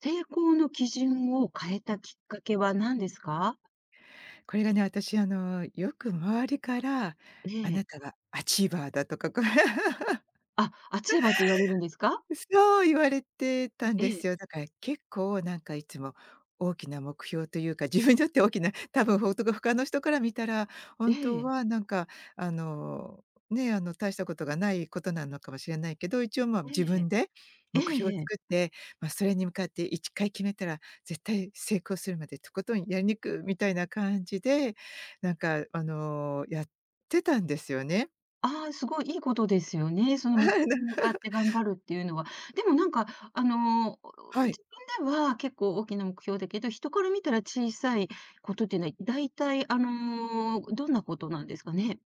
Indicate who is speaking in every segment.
Speaker 1: 成功の基準を変えたきっかけは何ですか？
Speaker 2: これがね、私よく周りから、
Speaker 1: え
Speaker 2: あな
Speaker 1: え。
Speaker 2: たはアチーバーだとか、これ
Speaker 1: あ、暑い場って言われるんですか？
Speaker 2: そう言われてたん
Speaker 1: え
Speaker 2: で
Speaker 1: え、
Speaker 2: すよ。だから結構いつも大きな目標というか、自分にとって大きな、多分ほんとが他の人から見たら、
Speaker 1: え
Speaker 2: 本当
Speaker 1: え、
Speaker 2: はあの、ね、あの大したことがないことなのかもしれないけど、一応まあ
Speaker 1: え
Speaker 2: 自
Speaker 1: え、
Speaker 2: 分で
Speaker 1: ええ
Speaker 2: 目標を
Speaker 1: ええ。
Speaker 2: 作って、ま、それに向かって1回決めたら絶対成功するまでとことんやりにくみたいな感じで、やってたんですよね。
Speaker 1: ああ、すごいいいことですよね。そ の
Speaker 2: あ
Speaker 1: 目標
Speaker 2: な
Speaker 1: に向かって頑張るっていうのは。でもなんか、あの、
Speaker 2: はい。
Speaker 1: 自分では結構大きな目標だけど、人から見たら小さいことっていうのは、だいたいあの、どんなことなんですかね？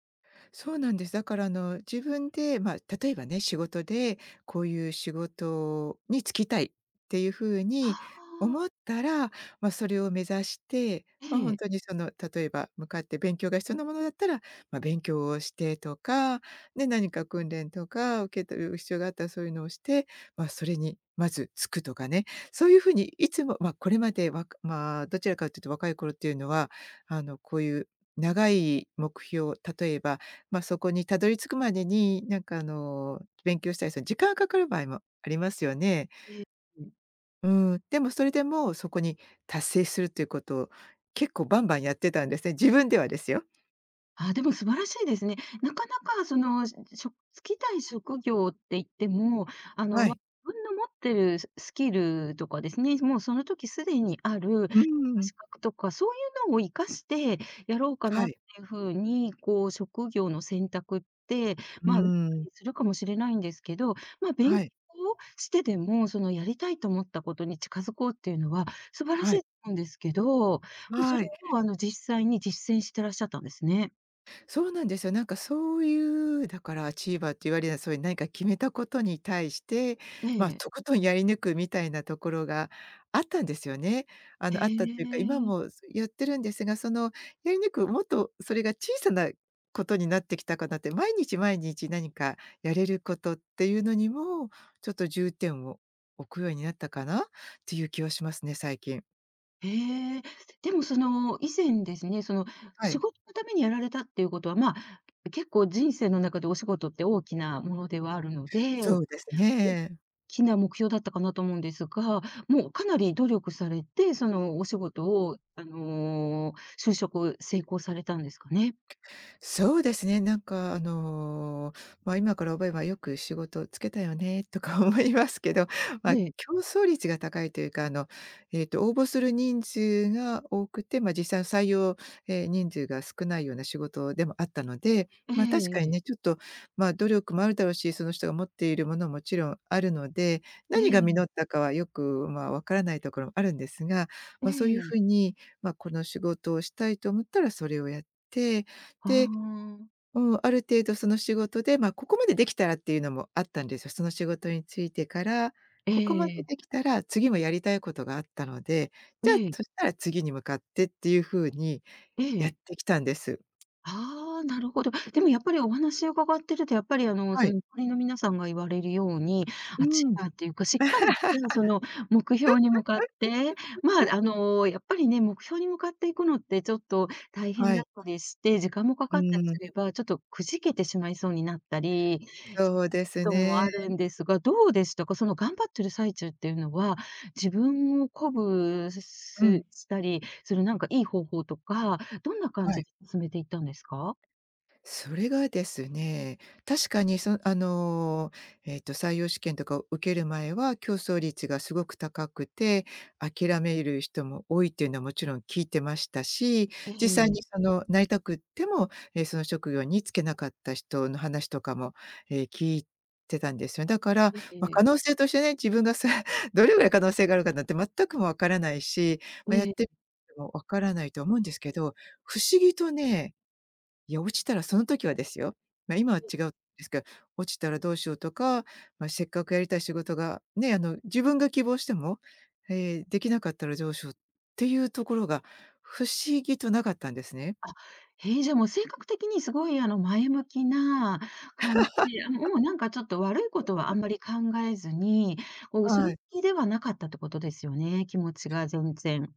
Speaker 2: そうなんです。だから自分で、まあ、例えばね、仕事でこういう仕事に就きたいっていうふう
Speaker 1: あ
Speaker 2: に
Speaker 1: あ、
Speaker 2: 思ったら、まあ、それを目指して、まあ、本当にその、例えば向かって勉強が必要なものだったら、まあ、勉強をしてとか、ね、何か訓練とか受け取る必要があったらそういうのをして、まあ、それにまずつくとかね、そういうふうにいつも、まあ、これまでわかまあ、どちらかというと若い頃っていうのは、こういう長い目標、例えばまあ、そこにたどり着くまでに、勉強したり、その時間がかかる場合もありますよね。
Speaker 1: ええ、ええ。
Speaker 2: うん、でもそれでもそこに達成するということを、結構バンバンやってたんですね。自分ではですよ。
Speaker 1: あ、でも素晴らしいですね。なかなかその、ししょ就きたい職業って言っても、あ
Speaker 2: は
Speaker 1: の、ま、
Speaker 2: い。
Speaker 1: 自分の持ってるスキルとかですね、もうその時すでにある
Speaker 2: うん。
Speaker 1: 資格とか、そういうのを活かしてやろうか
Speaker 2: は
Speaker 1: なっ
Speaker 2: い。
Speaker 1: ていう風に、こう職業の選択って、
Speaker 2: う
Speaker 1: まあ、なった
Speaker 2: ん。
Speaker 1: りするかもしれないんですけど、ま、勉
Speaker 2: は
Speaker 1: 強
Speaker 2: い。
Speaker 1: をしてでも、そのやりたいと思ったことに近づこうっていうのは素晴らし
Speaker 2: は
Speaker 1: い
Speaker 2: い。
Speaker 1: と思うんですけど、もうそ
Speaker 2: は
Speaker 1: れ
Speaker 2: い。
Speaker 1: をあの、実際に実践してらっしゃったんですね。
Speaker 2: そうなんですよ。なんかそういう、だからアチーバーって言われるような、そういう何か決めたことに対して、
Speaker 1: え
Speaker 2: まあ、
Speaker 1: え。
Speaker 2: とことんやり抜くみたいなところがあったんですよね。あ
Speaker 1: へ
Speaker 2: の、あったというか、今
Speaker 1: え。
Speaker 2: もやってるんですが、その、やり抜く、もっとそれが小さなことになってきたかなって、毎日毎日何かやれることっていうのにも、ちょっと重点を置くようになったかなっていう気はしますね、最近。
Speaker 1: へえ。でもその、以前ですね、その、
Speaker 2: は
Speaker 1: 仕
Speaker 2: い。
Speaker 1: 事のためにやられたっていうことは、まあ、結構人生の中でお仕事って大きなものではあるので、
Speaker 2: そ
Speaker 1: 大
Speaker 2: うですね。
Speaker 1: きな目標だったかなと思うんですが、もうかなり努力されて、そのお仕事を、あの、就職を成功されたんですかね？
Speaker 2: そうですね、まあ、今から思えばよく仕事つけたよねとか 思いますけど、まあ、
Speaker 1: ね、
Speaker 2: 競争率が高いというか、えっと応募する人数が多くて、まあ、実際の採用、え、人数が少ないような仕事でもあったので、
Speaker 1: え
Speaker 2: まあ、確
Speaker 1: え
Speaker 2: かに
Speaker 1: ええ。
Speaker 2: ね、ちょっと、まあ、努力もあるだろうし、その人が持っているものももちろんあるので、何が実っ
Speaker 1: え
Speaker 2: たかはよく、まあ、わからないところもあるんですが、まあ、そういうふ
Speaker 1: え
Speaker 2: う
Speaker 1: え
Speaker 2: に、まあ、この仕事をしたいと思ったらそれをやって、
Speaker 1: あ
Speaker 2: で、
Speaker 1: あ。
Speaker 2: うん、ある程度その仕事で、まあ、ここまでできたらっていうのもあったんですよ。その仕事についてから、
Speaker 1: え
Speaker 2: ここまで
Speaker 1: え。
Speaker 2: できたら次もやりたいことがあったので、
Speaker 1: え
Speaker 2: じゃあ、
Speaker 1: え。
Speaker 2: そしたら次に向かってっていう風に
Speaker 1: ええ。え
Speaker 2: やっ
Speaker 1: え。
Speaker 2: てきたんです。
Speaker 1: ああ、なるほど。でもやっぱりお話を伺ってると、やっぱりあの、
Speaker 2: は
Speaker 1: その、
Speaker 2: い。
Speaker 1: 周りの皆さんが言われるように、
Speaker 2: う
Speaker 1: あ、ち
Speaker 2: ん。
Speaker 1: らっていうか、しっかりしたその目標に向かって、まあ、あの、やっぱりね、目標に向かっていくのってちょっと大変
Speaker 2: は
Speaker 1: だっ
Speaker 2: い。
Speaker 1: たりして、時間もか
Speaker 2: う
Speaker 1: かったりす
Speaker 2: ん、
Speaker 1: れば、ちょっとくじけてしまいそうになったり、そうい
Speaker 2: そ
Speaker 1: う
Speaker 2: うです
Speaker 1: ことも
Speaker 2: ね。
Speaker 1: あるんですが、どうでしたか？その頑張ってる最中っていうのは、自分を鼓舞す
Speaker 2: うん。
Speaker 1: したりするなんかいい方法とか、どんな感
Speaker 2: は
Speaker 1: じ
Speaker 2: い。
Speaker 1: で進めていったんですか？
Speaker 2: それがですね、確かにそあのー、えっと、採用試験とかを受ける前は競争率がすごく高くて、諦める人も多いっていうのはもちろん聞いてましたし、
Speaker 1: え
Speaker 2: 実際
Speaker 1: え、
Speaker 2: にその、なりたくっても、え、その職業に就けなかった人の話とかも、え、聞いてたんですよ。だから、
Speaker 1: え
Speaker 2: まあ、可能
Speaker 1: え。
Speaker 2: 性としてね、自分がさ どれぐらい可能性があるかなんて全くも分からないし、まあ、やっ
Speaker 1: ええ。
Speaker 2: てみても分からないと思うんですけど、不思議とね、いや、落ちたらその時はですよ。まあ、今は違うんですけど、落ちたらどうしようとか、まあ、せっかくやりたい仕事が、ね、自分が希望しても、できなかったらどうしようっていうところが不思議となかったんですね。
Speaker 1: へえ、じゃあもう性格的にすごいあの前向きな感じで、あ、もうなんかちょっと悪いことはあんまり考えずに、こう後
Speaker 2: は
Speaker 1: ろ
Speaker 2: い。
Speaker 1: 向きではなかったってことですよね、気持ちが全然。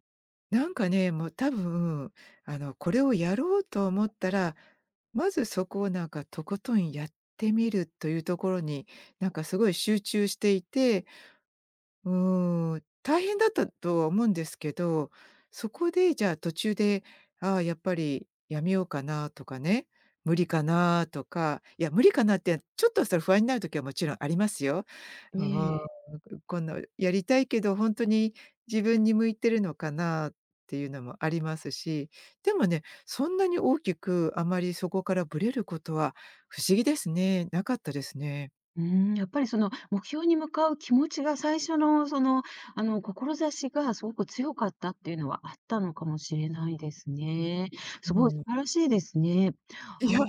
Speaker 2: なんかね、もう多分、これをやろうと思ったら、まずそこをなんかとことんやってみるというところに、なんかすごい集中していてうーん、大変だったとは思うんですけど、そこでじゃあ途中で、ああ、やっぱりやめようかなとかね、無理かなとか、いや、無理かなって、ちょっとそれ不安になる時はもちろんありますよ。
Speaker 1: え
Speaker 2: うーん、
Speaker 1: え。
Speaker 2: こんなやりたいけど、本当に自分に向いてるのかなっていうのもありますし、でもね、そんなに大きくあまりそこからブレることは不思議ですね。なかったですね。
Speaker 1: うーん、やっぱりその目標に向かう気持ちが最初のその、あの志がすごく強かったっていうのはあったのかもしれないですね。
Speaker 2: う
Speaker 1: すごい素
Speaker 2: ん。
Speaker 1: 晴らしいですね。
Speaker 2: いや、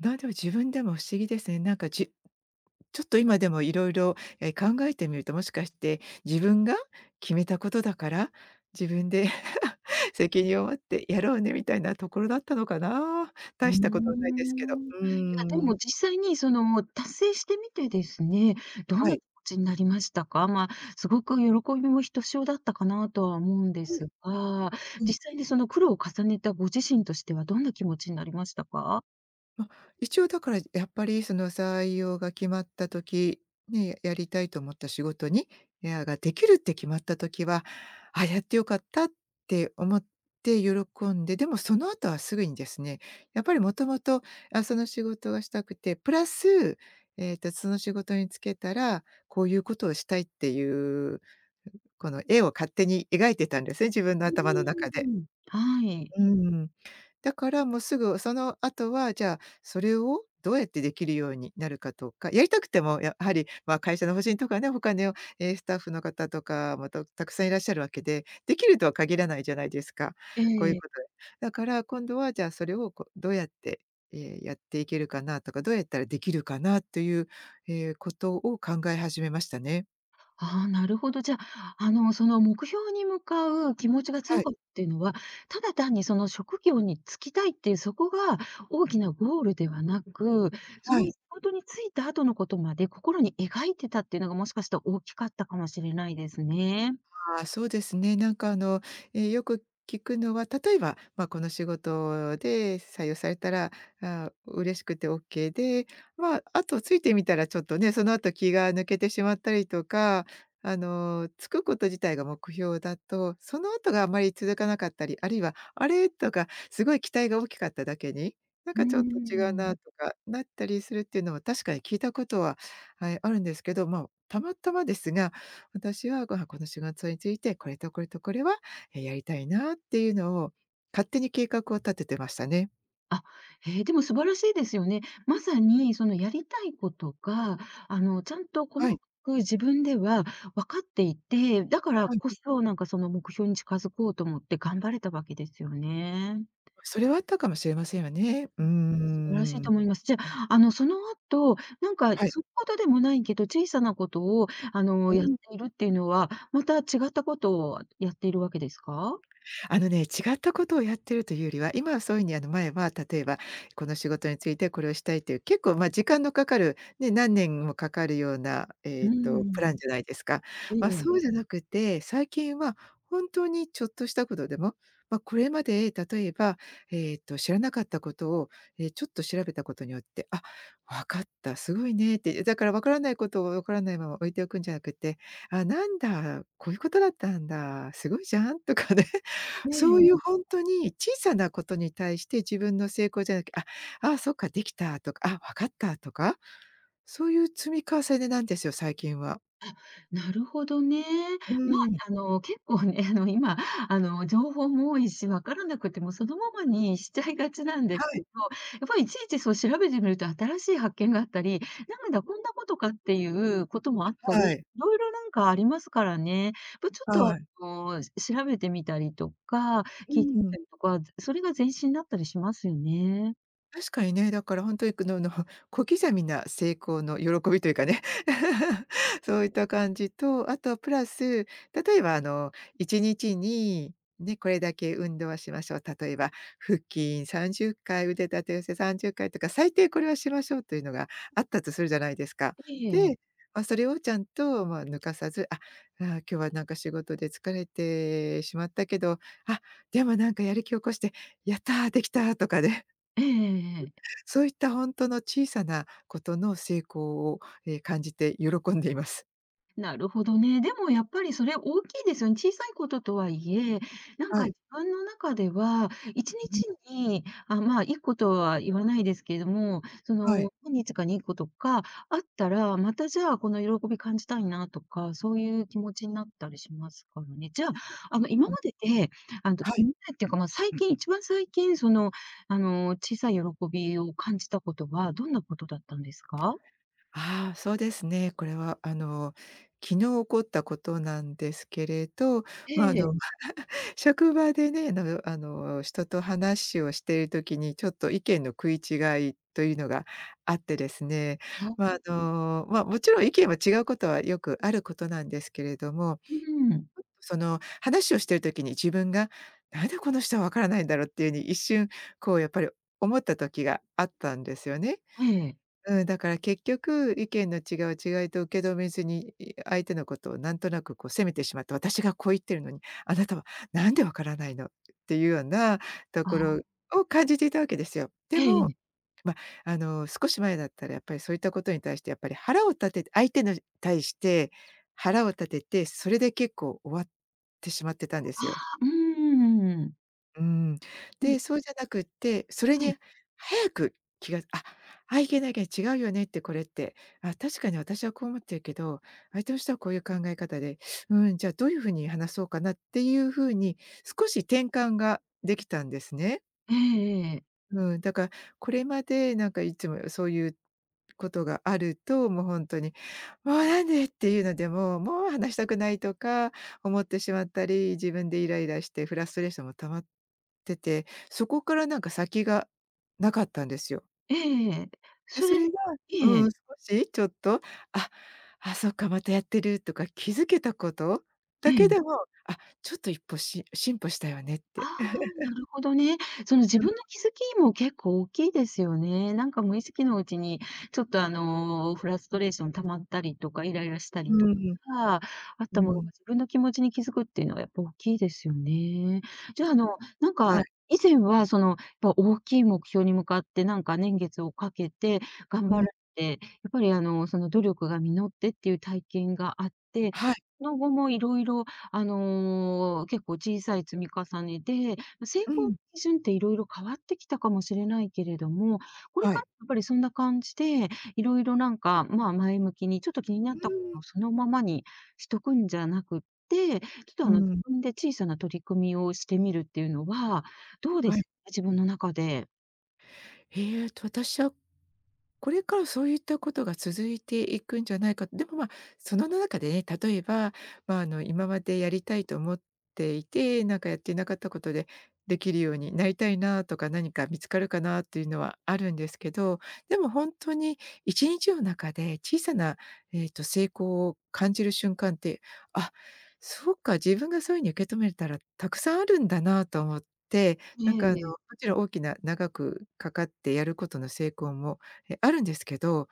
Speaker 2: なんでも自分でも不思議ですね。なんかじちょっと今でもいろいろ、え、考えてみると、もしかして自分が決めたことだから、自分で 責任を持ってやろうねみたいなところだったのかな。
Speaker 1: うー
Speaker 2: 大したことはないですけど。
Speaker 1: ん。い
Speaker 2: うー
Speaker 1: や、で
Speaker 2: ん。
Speaker 1: も実際にそのもう達成してみてですね、どん
Speaker 2: は
Speaker 1: な気
Speaker 2: い。
Speaker 1: 持ちになりましたか？まあ、すごく喜びもひとしおだったかなとは思うんで
Speaker 2: うん。
Speaker 1: すが、実際にその苦労を重ねたご自身としてはどんな気持ちになりましたか？
Speaker 2: ま、一応だからやっぱりその採用が決まった時、ね、やりたいと思った仕事にエアができるって決まった時は、あ、やってよかったって思って喜んで、でもその後はすぐにですね、やっぱりもともと、あ、その仕事がしたくて、プラス、えっと、その仕事に就けたら、こういうことをしたいっていう、この絵を勝手に描いてたんですね、自分の
Speaker 1: う
Speaker 2: 頭の中で。
Speaker 1: ーん。はい。
Speaker 2: うん。だからもうすぐその後は、じゃあ、それをどうやってできるようになるかとか、やりたくてもやはり、まあ、会社の方針とかね、他の、スタッフの方とか、ま、たくさんいらっしゃるわけで、できるとは限らないじゃないですか。こういう
Speaker 1: え
Speaker 2: こと
Speaker 1: え、
Speaker 2: で。だから今度はじゃあそれをこう、どうやって、やっていけるかなとか、どうやったらできるかなという、ええ、ことを考え始めましたね。
Speaker 1: ああ、なるほど。じゃあ、あの、その目標に向かう気持ちが
Speaker 2: は
Speaker 1: 強
Speaker 2: い。
Speaker 1: かったっていうのは、ただ単にその職業に就きたいっていう、そこが大きなゴールではなく、そ
Speaker 2: は
Speaker 1: の仕
Speaker 2: い。
Speaker 1: 事に就いた後のことまで心に描いてたっていうのが、もしかしたら大きかったかもしれないですね。
Speaker 2: ああ、そうですね。え、よく聞くのは、例えば、まあ、この仕事で採用されたら、ああ、嬉しくてオッケーで、まあ、あとついてみたらちょっとね、その後気が抜けてしまったりとか、つくこと自体が目標だと、その後があまり続かなかったり、あるいは「あれ？」とか、すごい期待が大きかっただけに、なん
Speaker 1: うー
Speaker 2: かちょっと違うな
Speaker 1: ん。
Speaker 2: とかなったりするっていうのは、確かに聞いたことは、はい、あるんですけど、まあ、たまたまですが私は、この仕事について、これとこれとこれは、え、やりたいなっていうのを、勝手に計画を立ててましたね。
Speaker 1: あ、へえ、でも素晴らしいですよね。まさにそのやりたいことが、あの、ちゃんと細
Speaker 2: は
Speaker 1: か
Speaker 2: い、
Speaker 1: く自分では分かっていて、だから
Speaker 2: はい。
Speaker 1: こそ、なんかその目標に近づこうと思って頑張れたわけですよね。
Speaker 2: それはあったかもしれませんよね。うー
Speaker 1: 素晴らしい
Speaker 2: ん。
Speaker 1: と思います。じゃあ、あの、その後、なんか、そうい
Speaker 2: はい。
Speaker 1: うことでもないけど、小さなことを、あ
Speaker 2: う
Speaker 1: の、やって
Speaker 2: ん。
Speaker 1: いるっていうのは、また違ったことをやっているわけですか？
Speaker 2: あのね、違ったことをやってるというよりは、今はそういうふうに、前は例えば、この仕事についてこれをしたいという、結構、ま、時間のかかる、ね、何年もかかるような、え
Speaker 1: う
Speaker 2: っと、プラン
Speaker 1: ん、
Speaker 2: じゃないですか。
Speaker 1: ええ、
Speaker 2: そうじゃなくて、最近は本当にちょっとしたことでも、まあ、これまで例えば、知らなかったことを、ちょっと調べたことによって、あ、分かった、すごいねって。だから分からないことを分からないまま置いておくんじゃなくて、あ、なんだ、こういうことだったんだ、すごいじゃんとかね。
Speaker 1: え
Speaker 2: そういう
Speaker 1: え。
Speaker 2: 本当に小さなことに対して自分の成功じゃなく、あ、そっか、できたとか、あ、わかったとか、そういう積み重ねなんですよ、最近は。
Speaker 1: なるほどね。
Speaker 2: う
Speaker 1: ま
Speaker 2: ん。
Speaker 1: あ、あの、結構ね、あの、今、あの、情報も多いし、わからなくてもそのままにしちゃいがちなんで
Speaker 2: は
Speaker 1: す
Speaker 2: い、
Speaker 1: けど、やっぱりいちいちそう調べてみると新しい発見があったり、なんだ、こんなことかっていうこともあったり、
Speaker 2: はい、
Speaker 1: いろいろなんかありますからね。ま、ちょっ
Speaker 2: は
Speaker 1: と、
Speaker 2: い。
Speaker 1: あの、調べてみたりとか、
Speaker 2: う
Speaker 1: 聞いてみ
Speaker 2: ん、
Speaker 1: たりとか、それが前進だったりしますよね。
Speaker 2: 確かにね。だから本当にく のの小刻みな成功の喜びというかね、そういった感じと、あとプラス、例えば1日に、ね、これだけ運動はしましょう。例えば、腹筋30回、腕立て伏せ30回とか、最低これはしましょうというのがあったとするじゃないですか。
Speaker 1: ええ。
Speaker 2: で、まあ、それをちゃんと、まあ、抜かさず、あ、ああ今日はなんか仕事で疲れてしまったけど、あ、でもなんかやる気を起こして、やった、できたーとかね。
Speaker 1: ええええ。
Speaker 2: そういった本当の小さなことの成功を、感じて喜んでいます。
Speaker 1: なるほどね。でもやっぱりそれ大きいですよね。小さいこととはいえ、なんか
Speaker 2: は
Speaker 1: 自
Speaker 2: い。
Speaker 1: 分の中では、1
Speaker 2: うん、
Speaker 1: 日にちに、あ、まあ、1個とは言わないですけれども、そ
Speaker 2: はい。
Speaker 1: の、何日かに1個とかあったら、またじゃあ、この喜び感じたいなとか、そういう気持ちになったりしますからね。じゃあ、あの、今
Speaker 2: うん、
Speaker 1: までで、あの、
Speaker 2: はい。
Speaker 1: 今までっていうか、まあ、最近、一番最近、その、あの、小さい喜びを感じたことは、どんなことだったんですか？
Speaker 2: ああ、そうですね。これは昨日起こったことなんですけれど、まあ、あ
Speaker 1: え
Speaker 2: の、
Speaker 1: え。
Speaker 2: うん、 職場でね、あの、人と話をしているときにちょっと意見の食い違いというのがあってですね、ま
Speaker 1: あ、
Speaker 2: あ、あの、まあ、もちろん意見は違うことはよくあることなんですけれども、
Speaker 1: うん。
Speaker 2: その話をしてる時に自分が「なんでこの人はわからないんだろう」っていうふうに一瞬こうやっぱり思った時があったんですよね。
Speaker 1: ええ。
Speaker 2: うん、だから結局意見の違いと受け止めずに、相手のことをなんとなくこう責めてしまって「私がこう言ってるのに、あなたはなんでわからないの」っていうようなと
Speaker 1: あ
Speaker 2: ころ
Speaker 1: あ、
Speaker 2: を感じていたわけですよ。で
Speaker 1: えええ
Speaker 2: も
Speaker 1: え。
Speaker 2: あの、少し前だったらやっぱりそういったことに対してやっぱり腹を立てて、相手の対して腹を立てて、それで結構終わってしまってたんで
Speaker 1: あ
Speaker 2: すよ。
Speaker 1: あ、うーん。
Speaker 2: うん。
Speaker 1: う
Speaker 2: で、
Speaker 1: ん、
Speaker 2: そうじゃなくって、それ
Speaker 1: はい。
Speaker 2: に早く気が、「あ、あ、いけない、いけない、違うよねってこれ」って。「あ、確かに私はこう思ってるけど、相手の人はこういう考え方で、うん、じゃあどういう風に話そうかな」っていう風に少し転換ができたんですね。
Speaker 1: ええええええ。
Speaker 2: うん、だからこれまでなんかいつもそういうことがあると、もう本当に「もうなんで」っていうので、ももう話したくないとか思ってしまったり、自分でイライラしてフラストレーションも溜まってて、そこからなんか先がなかったんですよ。
Speaker 1: ええええ。
Speaker 2: で、
Speaker 1: それ
Speaker 2: それが
Speaker 1: え
Speaker 2: うん、
Speaker 1: え、
Speaker 2: ちょっと、あ、あ、そっか、またやってるとか気づけたこと
Speaker 1: え
Speaker 2: だけ
Speaker 1: え。
Speaker 2: でも、あ、ちょっと一歩進歩したよねっ
Speaker 1: あ
Speaker 2: て。
Speaker 1: あ、なるほどね。その自分の気づきも結構大きいですよね。なんか無意識のうちに、ちょっとあの、フラストレーション溜まったりとか、イライラした
Speaker 2: う
Speaker 1: りと
Speaker 2: ん、
Speaker 1: か、
Speaker 2: うん、
Speaker 1: あっ
Speaker 2: う
Speaker 1: たもの
Speaker 2: ん、
Speaker 1: が自分の気持ちに気づくっていうのはやっぱ大きいですよね。じゃあ、あの、なん
Speaker 2: はい、
Speaker 1: か以前はその、やっぱ大きい目標に向かって、なんか年月をかけて頑
Speaker 2: う
Speaker 1: 張ら
Speaker 2: ん、
Speaker 1: れて、やっぱりあの、その努力が実ってっていう体験があって、
Speaker 2: はい、
Speaker 1: その後もいろいろあの、結構小さい積み重ねで、成
Speaker 2: う
Speaker 1: 功の
Speaker 2: ん。
Speaker 1: 基準っていろいろ変わってきたかもしれないけれども、これ
Speaker 2: は
Speaker 1: から
Speaker 2: い。
Speaker 1: やっぱりそんな感じで、いろいろなんか、まあ、前向きに、ちょっと気にな
Speaker 2: う
Speaker 1: ったこ
Speaker 2: ー
Speaker 1: と
Speaker 2: ん。
Speaker 1: をそのままにしとくんじゃなくって、ちょっと
Speaker 2: う
Speaker 1: あの、自
Speaker 2: ーん。
Speaker 1: 分で小さな取り組みをしてみるっていうのはどうで
Speaker 2: はい。
Speaker 1: すか？自分の中で。
Speaker 2: 私はこれからそういったことが続いていくんじゃないか。でも、まあ、その中でね、例えば、まあ、あの、今までやりたいと思っていて、なんかやっていなかったことでできるようになりたいなとか、何か見つかるかなっていうのはあるんですけど、でも本当に1日の中で小さな、成功を感じる瞬間って、あ、そうか、自分がそういうふうに受け止めたらたくさんあるんだなと思って、
Speaker 1: え
Speaker 2: なんか、あの、も
Speaker 1: え。
Speaker 2: ちろん大きな長くかかってやることの成功もあるんですけど、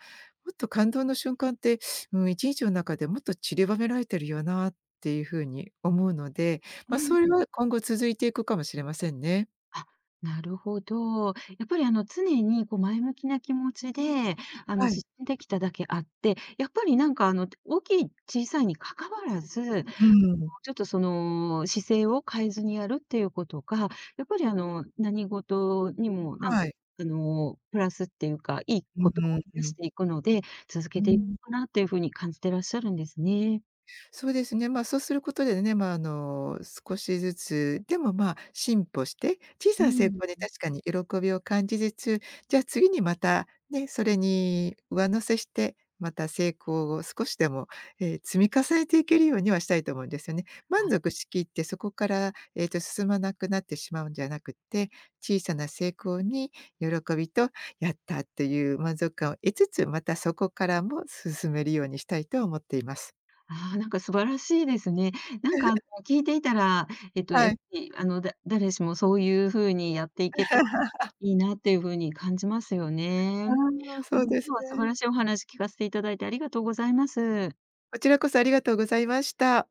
Speaker 2: もっと感動の瞬間って、うん、1日の中でもっと散りばめられてるよなっていう風に思うので、
Speaker 1: え
Speaker 2: まあ、それ
Speaker 1: え。
Speaker 2: は今後続いていくかもしれませんね。
Speaker 1: あ、なるほど。やっぱりあの常にこう前向きな気持ちで、あの
Speaker 2: はい。
Speaker 1: 進んできただけあって、やっぱりなんかあの大きい小さいにかかわらず、
Speaker 2: うん。
Speaker 1: ちょっとその姿勢を変えずにやるっていうことが、やっぱりあの何事にもなん
Speaker 2: は
Speaker 1: か
Speaker 2: い。
Speaker 1: あのプラスっていうか、いい
Speaker 2: う
Speaker 1: ことを
Speaker 2: ん、
Speaker 1: 生み
Speaker 2: う
Speaker 1: 出し
Speaker 2: ん。
Speaker 1: ていくので、続
Speaker 2: う
Speaker 1: けていく
Speaker 2: ん。
Speaker 1: かなっていうふうに感じてらっしゃるんですね。
Speaker 2: そうですね。まあ、そうすることでね、まあ、あの、少しずつ、でも、まあ、進歩して、小
Speaker 1: う
Speaker 2: さな成
Speaker 1: ん。
Speaker 2: 功に確かに喜びを感じつつ、じゃあ次にまたね、それに上乗せして、また成功を少しでも、積み重ねていけるようにはしたいと思うんですよね。満足しきってそこから、進まなくなってしまうんじゃなくって、小さな成功に喜びと、やったっていう満足感を得つつ、またそこからも進めるようにしたいと思っています。
Speaker 1: ああ、なんか素晴らしいですね。なんかあの、聞いていたら、えっと、
Speaker 2: は
Speaker 1: やっぱ
Speaker 2: い。
Speaker 1: りあの、誰しもそういう風にやっていけたら いいなっていう風に感じますよね。
Speaker 2: あ
Speaker 1: うん、
Speaker 2: あ、そう
Speaker 1: 今
Speaker 2: で
Speaker 1: 日
Speaker 2: す
Speaker 1: は素晴
Speaker 2: ね。
Speaker 1: らしいお話聞かせていただいてありがとうございます。
Speaker 2: こちらこそありがとうございました。